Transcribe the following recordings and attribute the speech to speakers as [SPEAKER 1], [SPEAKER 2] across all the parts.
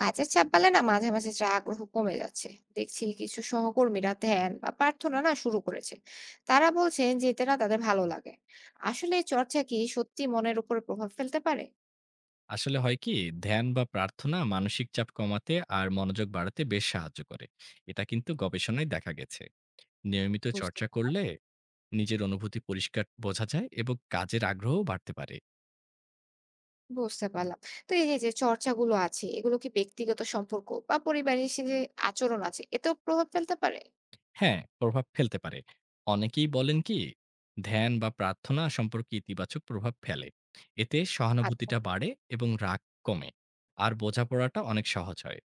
[SPEAKER 1] কাজের চাপ বাড়লে না মাঝে মাঝে যা আগ্রহ কমে যাচ্ছে। দেখছি কিছু সহকর্মীরা ধ্যান বা প্রার্থনা না শুরু করেছে। তারা বলছেন যে এতে না তাদের ভালো লাগে। আসলে এই চর্চা কি সত্যি মনের উপর প্রভাব ফেলতে পারে?
[SPEAKER 2] আসলে হয় কি, ধ্যান বা প্রার্থনা মানসিক চাপ কমাতে আর মনোযোগ বাড়াতে বেশ সাহায্য করে। এটা কিন্তু গবেষণায় দেখা গেছে। নিয়মিত
[SPEAKER 1] বুঝতে
[SPEAKER 2] চর্চা
[SPEAKER 1] পারলাম।
[SPEAKER 2] করলে নিজের অনুভূতি পরিষ্কার বোঝা যায় এবং কাজের আগ্রহ বাড়তে পারে।
[SPEAKER 1] বুঝতে পারলাম। তো এই যে যে চর্চাগুলো আছে এগুলো কি ব্যক্তিগত সম্পর্ক বা পরিবারের সে যে আচরণ আছে এতেও প্রভাব ফেলতে পারে?
[SPEAKER 2] হ্যাঁ, প্রভাব ফেলতে পারে। অনেকেই বলেন কি, ধ্যান বা প্রার্থনা সম্পর্কে ইতিবাচক প্রভাব ফেলে। এতে
[SPEAKER 1] আচ্ছা,
[SPEAKER 2] সহানুভূতিটা বাড়ে এবং রাগ কমে, আর বোঝাপড়াটা অনেক সহজ হয়।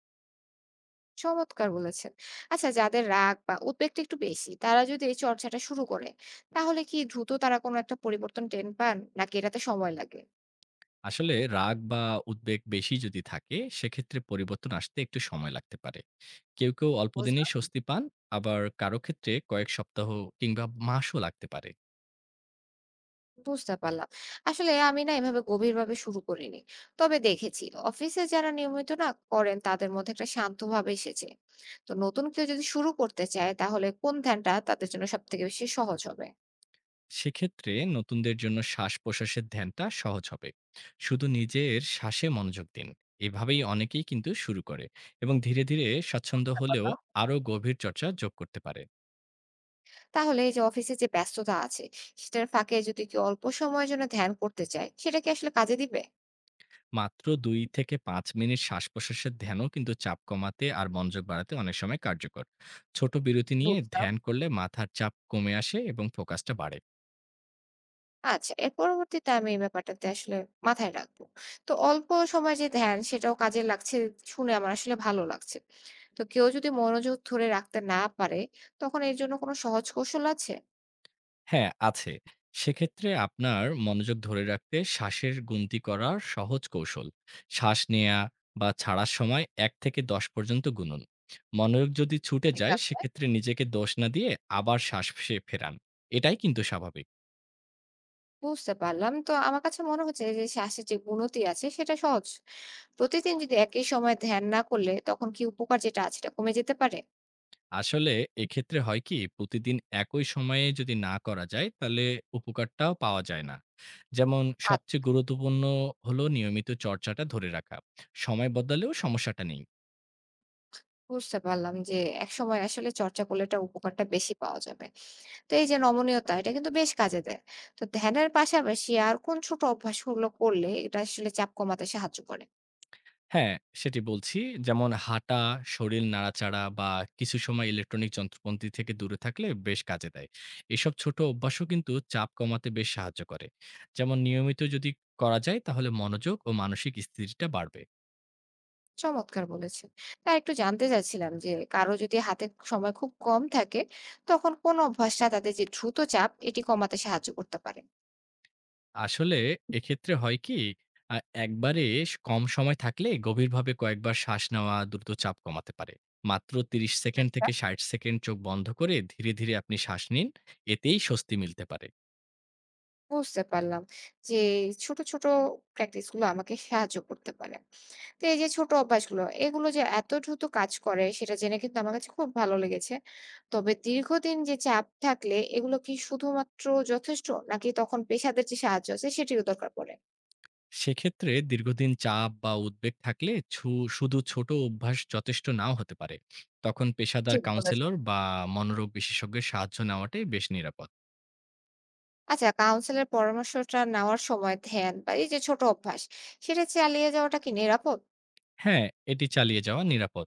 [SPEAKER 1] চমৎকার বলেছেন। আচ্ছা, যাদের রাগ বা উদ্বেগটা একটু বেশি তারা যদি এই চর্চাটা শুরু করে তাহলে কি দ্রুত তারা কোনো একটা পরিবর্তন টের পান নাকি এটাতে সময় লাগে?
[SPEAKER 2] আসলে রাগ বা উদ্বেগ বেশি যদি থাকে, সেক্ষেত্রে পরিবর্তন আসতে একটু সময় লাগতে পারে। কেউ কেউ অল্প
[SPEAKER 1] বুঝলাম।
[SPEAKER 2] দিনেই স্বস্তি পান, আবার কারো ক্ষেত্রে কয়েক সপ্তাহ কিংবা মাসও লাগতে পারে।
[SPEAKER 1] বুঝতে পারলাম। আসলে আমি না এভাবে গভীরভাবে শুরু করিনি। তবে দেখেছি অফিসে যারা নিয়মিত না করেন তাদের মধ্যে একটা শান্ত ভাব এসেছে। তো নতুন কেউ যদি শুরু করতে চায় তাহলে কোন ধ্যানটা তাদের জন্য সবথেকে বেশি সহজ হবে?
[SPEAKER 2] সেক্ষেত্রে নতুনদের জন্য শ্বাস-প্রশ্বাসের ধ্যানটা সহজ হবে। শুধু নিজের শ্বাসে মনোযোগ দিন। এভাবেই অনেকেই কিন্তু শুরু করে এবং ধীরে ধীরে স্বচ্ছন্দ
[SPEAKER 1] বুঝতে
[SPEAKER 2] হলেও
[SPEAKER 1] পারলাম।
[SPEAKER 2] আরও গভীর চর্চা যোগ করতে পারে।
[SPEAKER 1] তাহলে এই যে অফিসে যে ব্যস্ততা আছে সেটার ফাঁকে যদি কেউ অল্প সময়ের জন্য ধ্যান করতে চায় সেটা কি আসলে কাজে দিবে?
[SPEAKER 2] মাত্র ২ থেকে ৫ মিনিট শ্বাস-প্রশ্বাসের ধ্যানও কিন্তু চাপ কমাতে আর মনোযোগ বাড়াতে অনেক সময় কার্যকর। ছোট বিরতি নিয়ে
[SPEAKER 1] বুঝলাম।
[SPEAKER 2] ধ্যান করলে মাথার চাপ কমে আসে এবং ফোকাসটা বাড়ে।
[SPEAKER 1] আচ্ছা, এর পরবর্তীতে আমি এই ব্যাপারটাতে আসলে মাথায় রাখবো। তো অল্প সময় যে ধ্যান সেটাও কাজে লাগছে শুনে আমার আসলে ভালো লাগছে। তো কেউ যদি মনোযোগ ধরে রাখতে না পারে, তখন এর জন্য কোনো সহজ কৌশল আছে?
[SPEAKER 2] হ্যাঁ, আছে। সেক্ষেত্রে আপনার মনোযোগ ধরে রাখতে শ্বাসের গুনতি করার সহজ কৌশল। শ্বাস নেয়া বা ছাড়ার সময় ১ থেকে ১০ পর্যন্ত গুনুন। মনোযোগ যদি ছুটে
[SPEAKER 1] ঠিক
[SPEAKER 2] যায়,
[SPEAKER 1] আছে।
[SPEAKER 2] সেক্ষেত্রে নিজেকে দোষ না দিয়ে আবার শ্বাস সে ফেরান। এটাই কিন্তু স্বাভাবিক।
[SPEAKER 1] বুঝতে পারলাম। তো আমার কাছে মনে হচ্ছে যে শ্বাসের যে গুণতি আছে সেটা সহজ। প্রতিদিন যদি একই সময় ধ্যান না করলে তখন কি উপকার যেটা আছে সেটা কমে যেতে পারে?
[SPEAKER 2] আসলে এক্ষেত্রে হয় কি, প্রতিদিন একই সময়ে যদি না করা যায় তাহলে উপকারটাও পাওয়া যায় না। যেমন
[SPEAKER 1] আচ্ছা।
[SPEAKER 2] সবচেয়ে গুরুত্বপূর্ণ হলো নিয়মিত চর্চাটা ধরে রাখা। সময় বদলালেও সমস্যাটা নেই।
[SPEAKER 1] বুঝতে পারলাম যে একসময় আসলে চর্চা করলে এটা উপকারটা বেশি পাওয়া যাবে। তো এই যে নমনীয়তা এটা কিন্তু বেশ কাজে দেয়। তো ধ্যানের পাশাপাশি আর কোন ছোট অভ্যাসগুলো করলে এটা আসলে চাপ কমাতে সাহায্য করে?
[SPEAKER 2] হ্যাঁ, সেটি বলছি। যেমন হাঁটা, শরীর নাড়াচাড়া বা কিছু সময় ইলেকট্রনিক যন্ত্রপন্থী থেকে দূরে থাকলে বেশ কাজে দেয়। এসব ছোট অভ্যাসও কিন্তু চাপ কমাতে বেশ সাহায্য করে। যেমন নিয়মিত যদি করা যায় তাহলে মনোযোগ ও মানসিক স্থিতিটা বাড়বে।
[SPEAKER 1] চমৎকার বলেছেন। তা একটু জানতে চাচ্ছিলাম যে কারো যদি হাতে সময় খুব কম থাকে, তখন কোন অভ্যাসটা তাদের যে দ্রুত চাপ এটি কমাতে সাহায্য করতে পারে?
[SPEAKER 2] আসলে এক্ষেত্রে হয় কি, আ একবারে কম সময় থাকলে গভীরভাবে কয়েকবার শ্বাস নেওয়া দ্রুত চাপ কমাতে পারে। মাত্র ৩০ সেকেন্ড
[SPEAKER 1] আচ্ছা।
[SPEAKER 2] থেকে ৬০ সেকেন্ড চোখ বন্ধ করে ধীরে ধীরে আপনি শ্বাস নিন। এতেই স্বস্তি মিলতে পারে।
[SPEAKER 1] বুঝতে পারলাম যে ছোট, ছোট প্র্যাকটিস গুলো আমাকে সাহায্য করতে পারে। তো এই যে ছোট অভ্যাসগুলো, এগুলো যে এত দ্রুত কাজ করে সেটা জেনে কিন্তু আমার কাছে খুব ভালো লেগেছে। তবে দীর্ঘদিন যে চাপ থাকলে এগুলো কি শুধুমাত্র যথেষ্ট নাকি তখন পেশাদার যে সাহায্য আছে সেটিরও দরকার পড়ে?
[SPEAKER 2] সেক্ষেত্রে দীর্ঘদিন চাপ বা উদ্বেগ থাকলে শুধু ছোট অভ্যাস যথেষ্ট নাও হতে পারে। তখন পেশাদার
[SPEAKER 1] ঠিক বলেছেন।
[SPEAKER 2] কাউন্সিলর বা মনোরোগ বিশেষজ্ঞের সাহায্য নেওয়াটাই বেশ নিরাপদ।
[SPEAKER 1] আচ্ছা, কাউন্সিলের পরামর্শটা নেওয়ার সময় ধ্যান বা এই যে ছোট অভ্যাস সেটা চালিয়ে যাওয়াটা কি নিরাপদ?
[SPEAKER 2] হ্যাঁ, এটি চালিয়ে যাওয়া নিরাপদ।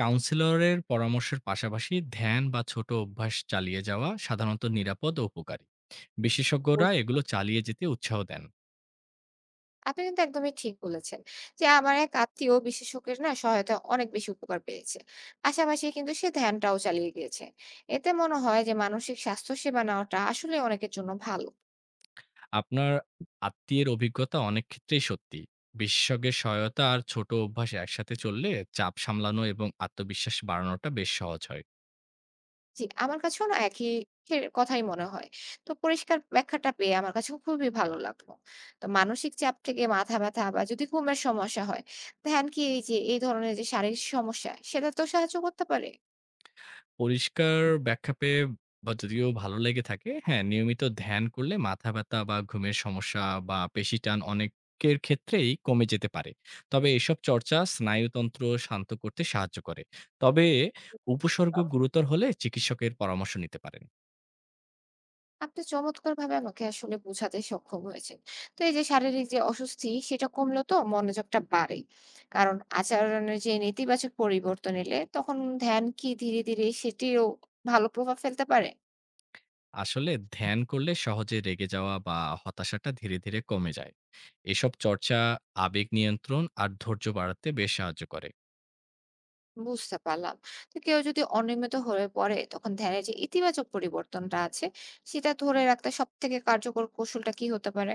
[SPEAKER 2] কাউন্সিলরের পরামর্শের পাশাপাশি ধ্যান বা ছোট অভ্যাস চালিয়ে যাওয়া সাধারণত নিরাপদ ও উপকারী। বিশেষজ্ঞরা
[SPEAKER 1] বুঝ-
[SPEAKER 2] এগুলো চালিয়ে যেতে উৎসাহ দেন।
[SPEAKER 1] আপনি কিন্তু একদমই ঠিক বলেছেন। যে আমার এক আত্মীয় বিশেষজ্ঞের না সহায়তা অনেক বেশি উপকার পেয়েছে। পাশাপাশি কিন্তু সে ধ্যানটাও চালিয়ে গিয়েছে। এতে মনে হয় যে মানসিক স্বাস্থ্য সেবা নেওয়াটা আসলে অনেকের জন্য ভালো।
[SPEAKER 2] আপনার আত্মীয়ের অভিজ্ঞতা অনেক ক্ষেত্রেই সত্যি। বিশেষজ্ঞের সহায়তা আর ছোট অভ্যাস একসাথে চললে চাপ সামলানো এবং আত্মবিশ্বাস বাড়ানোটা বেশ সহজ হয়।
[SPEAKER 1] জি, আমার কাছেও না একই কথাই মনে হয়। তো পরিষ্কার ব্যাখ্যাটা পেয়ে আমার কাছেও খুবই ভালো লাগলো। তো মানসিক চাপ থেকে মাথা ব্যথা বা যদি ঘুমের সমস্যা হয়, ধ্যান কি এই যে এই ধরনের যে শারীরিক সমস্যা সেটাতেও সাহায্য করতে পারে?
[SPEAKER 2] পরিষ্কার ব্যাখ্যা পেয়ে বা যদিও ভালো লেগে থাকে, হ্যাঁ, নিয়মিত ধ্যান করলে মাথা ব্যথা বা ঘুমের সমস্যা বা পেশি টান অনেকের ক্ষেত্রেই কমে যেতে পারে। তবে এসব চর্চা স্নায়ুতন্ত্র শান্ত করতে সাহায্য করে। তবে উপসর্গ গুরুতর হলে চিকিৎসকের পরামর্শ নিতে পারেন।
[SPEAKER 1] আপনি চমৎকারভাবে আমাকে আসলে বোঝাতে সক্ষম হয়েছেন। তো এই যে শারীরিক যে অস্বস্তি সেটা কমলেও তো মনোযোগটা বাড়ে। কারণ আচরণের যে নেতিবাচক পরিবর্তন এলে তখন ধ্যান কি ধীরে, ধীরে সেটিও ভালো প্রভাব ফেলতে পারে?
[SPEAKER 2] আসলে ধ্যান করলে সহজে রেগে যাওয়া বা হতাশাটা ধীরে ধীরে কমে যায়। এসব চর্চা আবেগ নিয়ন্ত্রণ আর ধৈর্য বাড়াতে বেশ সাহায্য করে।
[SPEAKER 1] বুঝতে পারলাম। তো কেউ যদি অনিয়মিত হয়ে পড়ে তখন ধ্যানের যে ইতিবাচক পরিবর্তনটা আছে সেটা ধরে রাখতে সবথেকে কার্যকর কৌশলটা কি হতে পারে?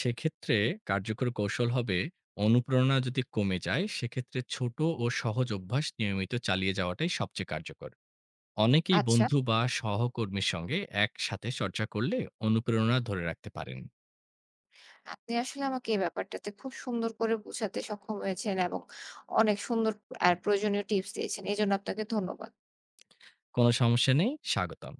[SPEAKER 2] সেক্ষেত্রে কার্যকর কৌশল হবে, অনুপ্রেরণা যদি কমে যায় সেক্ষেত্রে ছোট ও সহজ অভ্যাস নিয়মিত চালিয়ে যাওয়াটাই সবচেয়ে কার্যকর। অনেকেই
[SPEAKER 1] আচ্ছা,
[SPEAKER 2] বন্ধু বা সহকর্মীর সঙ্গে একসাথে চর্চা করলে অনুপ্রেরণা ধরে রাখতে পারেন।
[SPEAKER 1] আপনি আসলে আমাকে এই ব্যাপারটাতে খুব সুন্দর করে বোঝাতে সক্ষম হয়েছেন এবং অনেক সুন্দর আর প্রয়োজনীয় টিপস দিয়েছেন। এজন্য আপনাকে ধন্যবাদ।
[SPEAKER 2] কোনো সমস্যা নেই, স্বাগতম।